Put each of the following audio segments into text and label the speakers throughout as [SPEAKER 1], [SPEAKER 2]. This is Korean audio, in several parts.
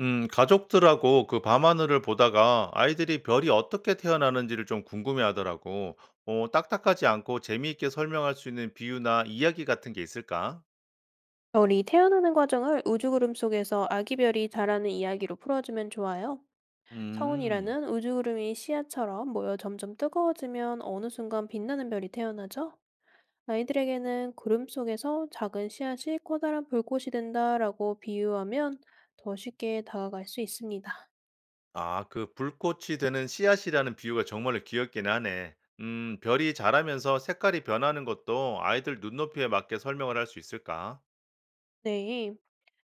[SPEAKER 1] 가족들하고 그 밤하늘을 보다가 아이들이 별이 어떻게 태어나는지를 좀 궁금해 하더라고. 딱딱하지 않고 재미있게 설명할 수 있는 비유나 이야기 같은 게 있을까?
[SPEAKER 2] 별이 태어나는 과정을 우주구름 속에서 아기별이 자라는 이야기로 풀어주면 좋아요.
[SPEAKER 1] 음.
[SPEAKER 2] 성운이라는 우주구름이 씨앗처럼 모여 점점 뜨거워지면 어느 순간 빛나는 별이 태어나죠. 아이들에게는 구름 속에서 작은 씨앗이 커다란 불꽃이 된다라고 비유하면 더 쉽게 다가갈 수 있습니다.
[SPEAKER 1] 아, 그 불꽃이 되는 씨앗이라는 비유가 정말로 귀엽긴 하네. 별이 자라면서 색깔이 변하는 것도 아이들 눈높이에 맞게 설명을 할 수 있을까?
[SPEAKER 2] 네.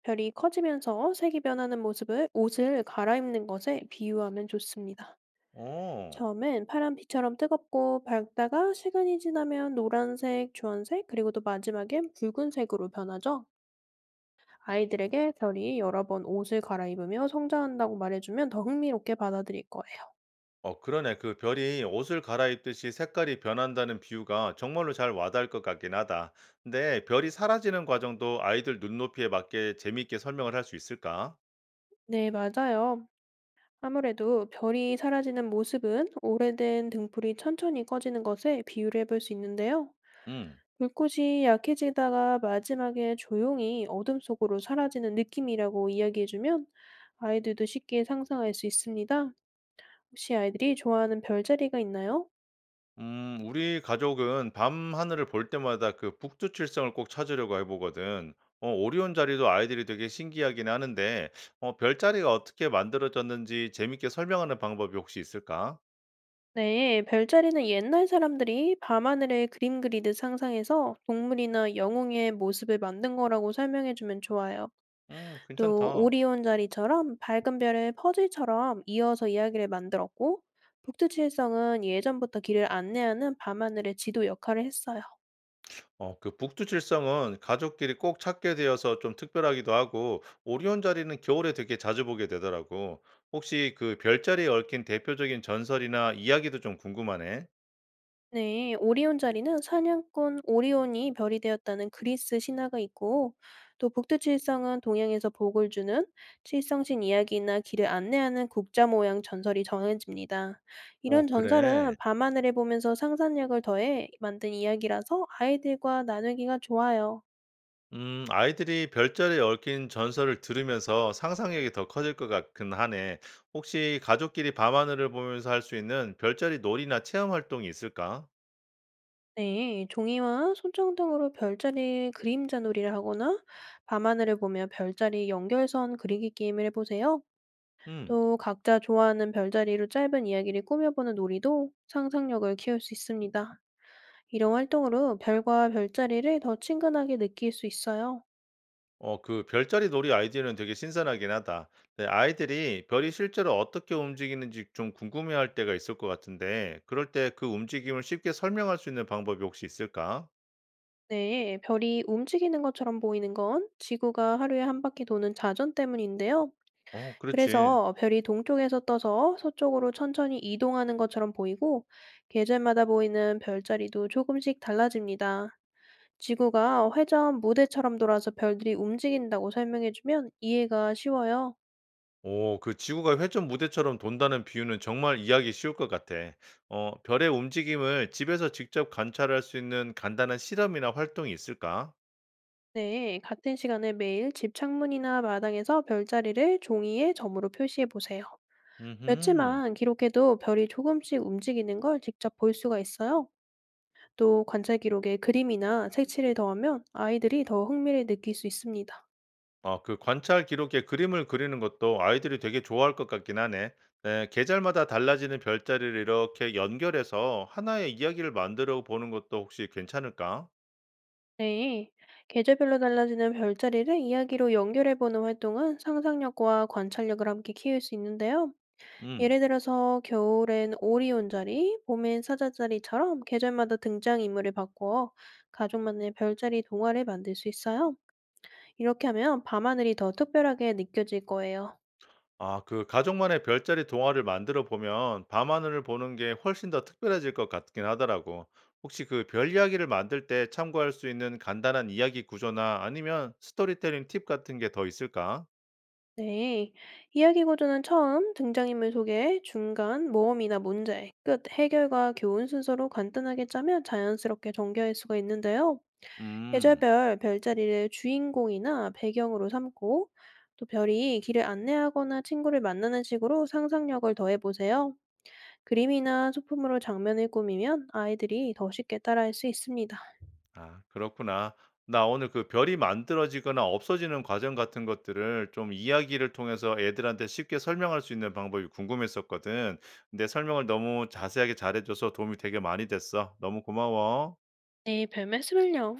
[SPEAKER 2] 별이 커지면서 색이 변하는 모습을 옷을 갈아입는 것에 비유하면 좋습니다.
[SPEAKER 1] 오.
[SPEAKER 2] 처음엔 파란빛처럼 뜨겁고 밝다가 시간이 지나면 노란색, 주황색, 그리고 또 마지막엔 붉은색으로 변하죠. 아이들에게 별이 여러 번 옷을 갈아입으며 성장한다고 말해주면 더 흥미롭게 받아들일 거예요.
[SPEAKER 1] 그러네. 그 별이 옷을 갈아입듯이 색깔이 변한다는 비유가 정말로 잘 와닿을 것 같긴 하다. 근데 별이 사라지는 과정도 아이들 눈높이에 맞게 재미있게 설명을 할 수 있을까?
[SPEAKER 2] 네, 맞아요. 아무래도 별이 사라지는 모습은 오래된 등불이 천천히 꺼지는 것에 비유를 해볼 수 있는데요.
[SPEAKER 1] 음.
[SPEAKER 2] 불꽃이 약해지다가 마지막에 조용히 어둠 속으로 사라지는 느낌이라고 이야기해주면 아이들도 쉽게 상상할 수 있습니다. 혹시 아이들이 좋아하는 별자리가 있나요?
[SPEAKER 1] 우리 가족은 밤 하늘을 볼 때마다 그 북두 칠성을 꼭 찾으려고 해보거든. 오리온 자리도 아이들이 되게 신기하긴 하는데, 별자리가 어떻게 만들어졌는지 재밌게 설명하는 방법이 혹시 있을까?
[SPEAKER 2] 네, 별자리는 옛날 사람들이 밤하늘에 그림 그리듯 상상해서 동물이나 영웅의 모습을 만든 거라고 설명해주면 좋아요. 또
[SPEAKER 1] 괜찮다.
[SPEAKER 2] 오리온 자리처럼 밝은 별의 퍼즐처럼 이어서 이야기를 만들었고, 북두칠성은 예전부터 길을 안내하는 밤하늘의 지도 역할을 했어요.
[SPEAKER 1] 그 북두칠성은 가족끼리 꼭 찾게 되어서 좀 특별하기도 하고, 오리온 자리는 겨울에 되게 자주 보게 되더라고. 혹시 그 별자리에 얽힌 대표적인 전설이나 이야기도 좀 궁금하네.
[SPEAKER 2] 네, 오리온 자리는 사냥꾼 오리온이 별이 되었다는 그리스 신화가 있고, 또 북두 칠성은 동양에서 복을 주는 칠성신 이야기나 길을 안내하는 국자 모양 전설이 정해집니다. 이런
[SPEAKER 1] 그래.
[SPEAKER 2] 전설은 밤하늘을 보면서 상상력을 더해 만든 이야기라서 아이들과 나누기가 좋아요.
[SPEAKER 1] 아이들이 별자리에 얽힌 전설을 들으면서 상상력이 더 커질 것 같긴 하네. 혹시 가족끼리 밤하늘을 보면서 할 수 있는 별자리 놀이나 체험 활동이 있을까?
[SPEAKER 2] 네, 종이와 손정 등으로 별자리 그림자 놀이를 하거나 밤하늘을 보며 별자리 연결선 그리기 게임을 해보세요.
[SPEAKER 1] 음.
[SPEAKER 2] 또 각자 좋아하는 별자리로 짧은 이야기를 꾸며보는 놀이도 상상력을 키울 수 있습니다. 이런 활동으로 별과 별자리를 더 친근하게 느낄 수 있어요.
[SPEAKER 1] 그 별자리 놀이 아이디어는 되게 신선하긴 하다. 네, 아이들이 별이 실제로 어떻게 움직이는지 좀 궁금해할 때가 있을 것 같은데 그럴 때 그 움직임을 쉽게 설명할 수 있는 방법이 혹시 있을까?
[SPEAKER 2] 네, 별이 움직이는 것처럼 보이는 건 지구가 하루에 한 바퀴 도는 자전 때문인데요.
[SPEAKER 1] 그렇지.
[SPEAKER 2] 그래서 별이 동쪽에서 떠서 서쪽으로 천천히 이동하는 것처럼 보이고, 계절마다 보이는 별자리도 조금씩 달라집니다. 지구가 회전 무대처럼 돌아서 별들이 움직인다고 설명해주면 이해가 쉬워요.
[SPEAKER 1] 오, 그 지구가 회전 무대처럼 돈다는 비유는 정말 이해하기 쉬울 것 같아. 별의 움직임을 집에서 직접 관찰할 수 있는 간단한 실험이나 활동이 있을까?
[SPEAKER 2] 네, 같은 시간에 매일 집 창문이나 마당에서 별자리를 종이에 점으로 표시해 보세요.
[SPEAKER 1] 음.
[SPEAKER 2] 며칠만 기록해도 별이 조금씩 움직이는 걸 직접 볼 수가 있어요. 또 관찰 기록에 그림이나 색칠을 더하면 아이들이 더 흥미를 느낄 수 있습니다.
[SPEAKER 1] 아, 그 관찰 기록에 그림을 그리는 것도 아이들이 되게 좋아할 것 같긴 하네. 네, 계절마다 달라지는 별자리를 이렇게 연결해서 하나의 이야기를 만들어 보는 것도 혹시 괜찮을까?
[SPEAKER 2] 네, 계절별로 달라지는 별자리를 이야기로 연결해 보는 활동은 상상력과 관찰력을 함께 키울 수 있는데요.
[SPEAKER 1] 음.
[SPEAKER 2] 예를 들어서 겨울엔 오리온자리, 봄엔 사자자리처럼 계절마다 등장인물을 바꿔 가족만의 별자리 동화를 만들 수 있어요. 이렇게 하면 밤하늘이 더 특별하게 느껴질 거예요.
[SPEAKER 1] 아, 그 가족만의 별자리 동화를 만들어 보면 밤하늘을 보는 게 훨씬 더 특별해질 것 같긴 하더라고. 혹시 그 별 이야기를 만들 때 참고할 수 있는 간단한 이야기 구조나 아니면 스토리텔링 팁 같은 게 더 있을까?
[SPEAKER 2] 네. 이야기 구조는 처음 등장인물 소개, 중간 모험이나 문제, 끝 해결과 교훈 순서로 간단하게 짜면 자연스럽게 전개할 수가 있는데요.
[SPEAKER 1] 음.
[SPEAKER 2] 계절별 별자리를 주인공이나 배경으로 삼고 또 별이 길을 안내하거나 친구를 만나는 식으로 상상력을 더해보세요. 그림이나 소품으로 장면을 꾸미면 아이들이 더 쉽게 따라할 수 있습니다.
[SPEAKER 1] 아, 그렇구나. 나 오늘 그 별이 만들어지거나 없어지는 과정 같은 것들을 좀 이야기를 통해서 애들한테 쉽게 설명할 수 있는 방법이 궁금했었거든. 근데 설명을 너무 자세하게 잘해줘서 도움이 되게 많이 됐어. 너무 고마워.
[SPEAKER 2] 네, 별 말씀을요.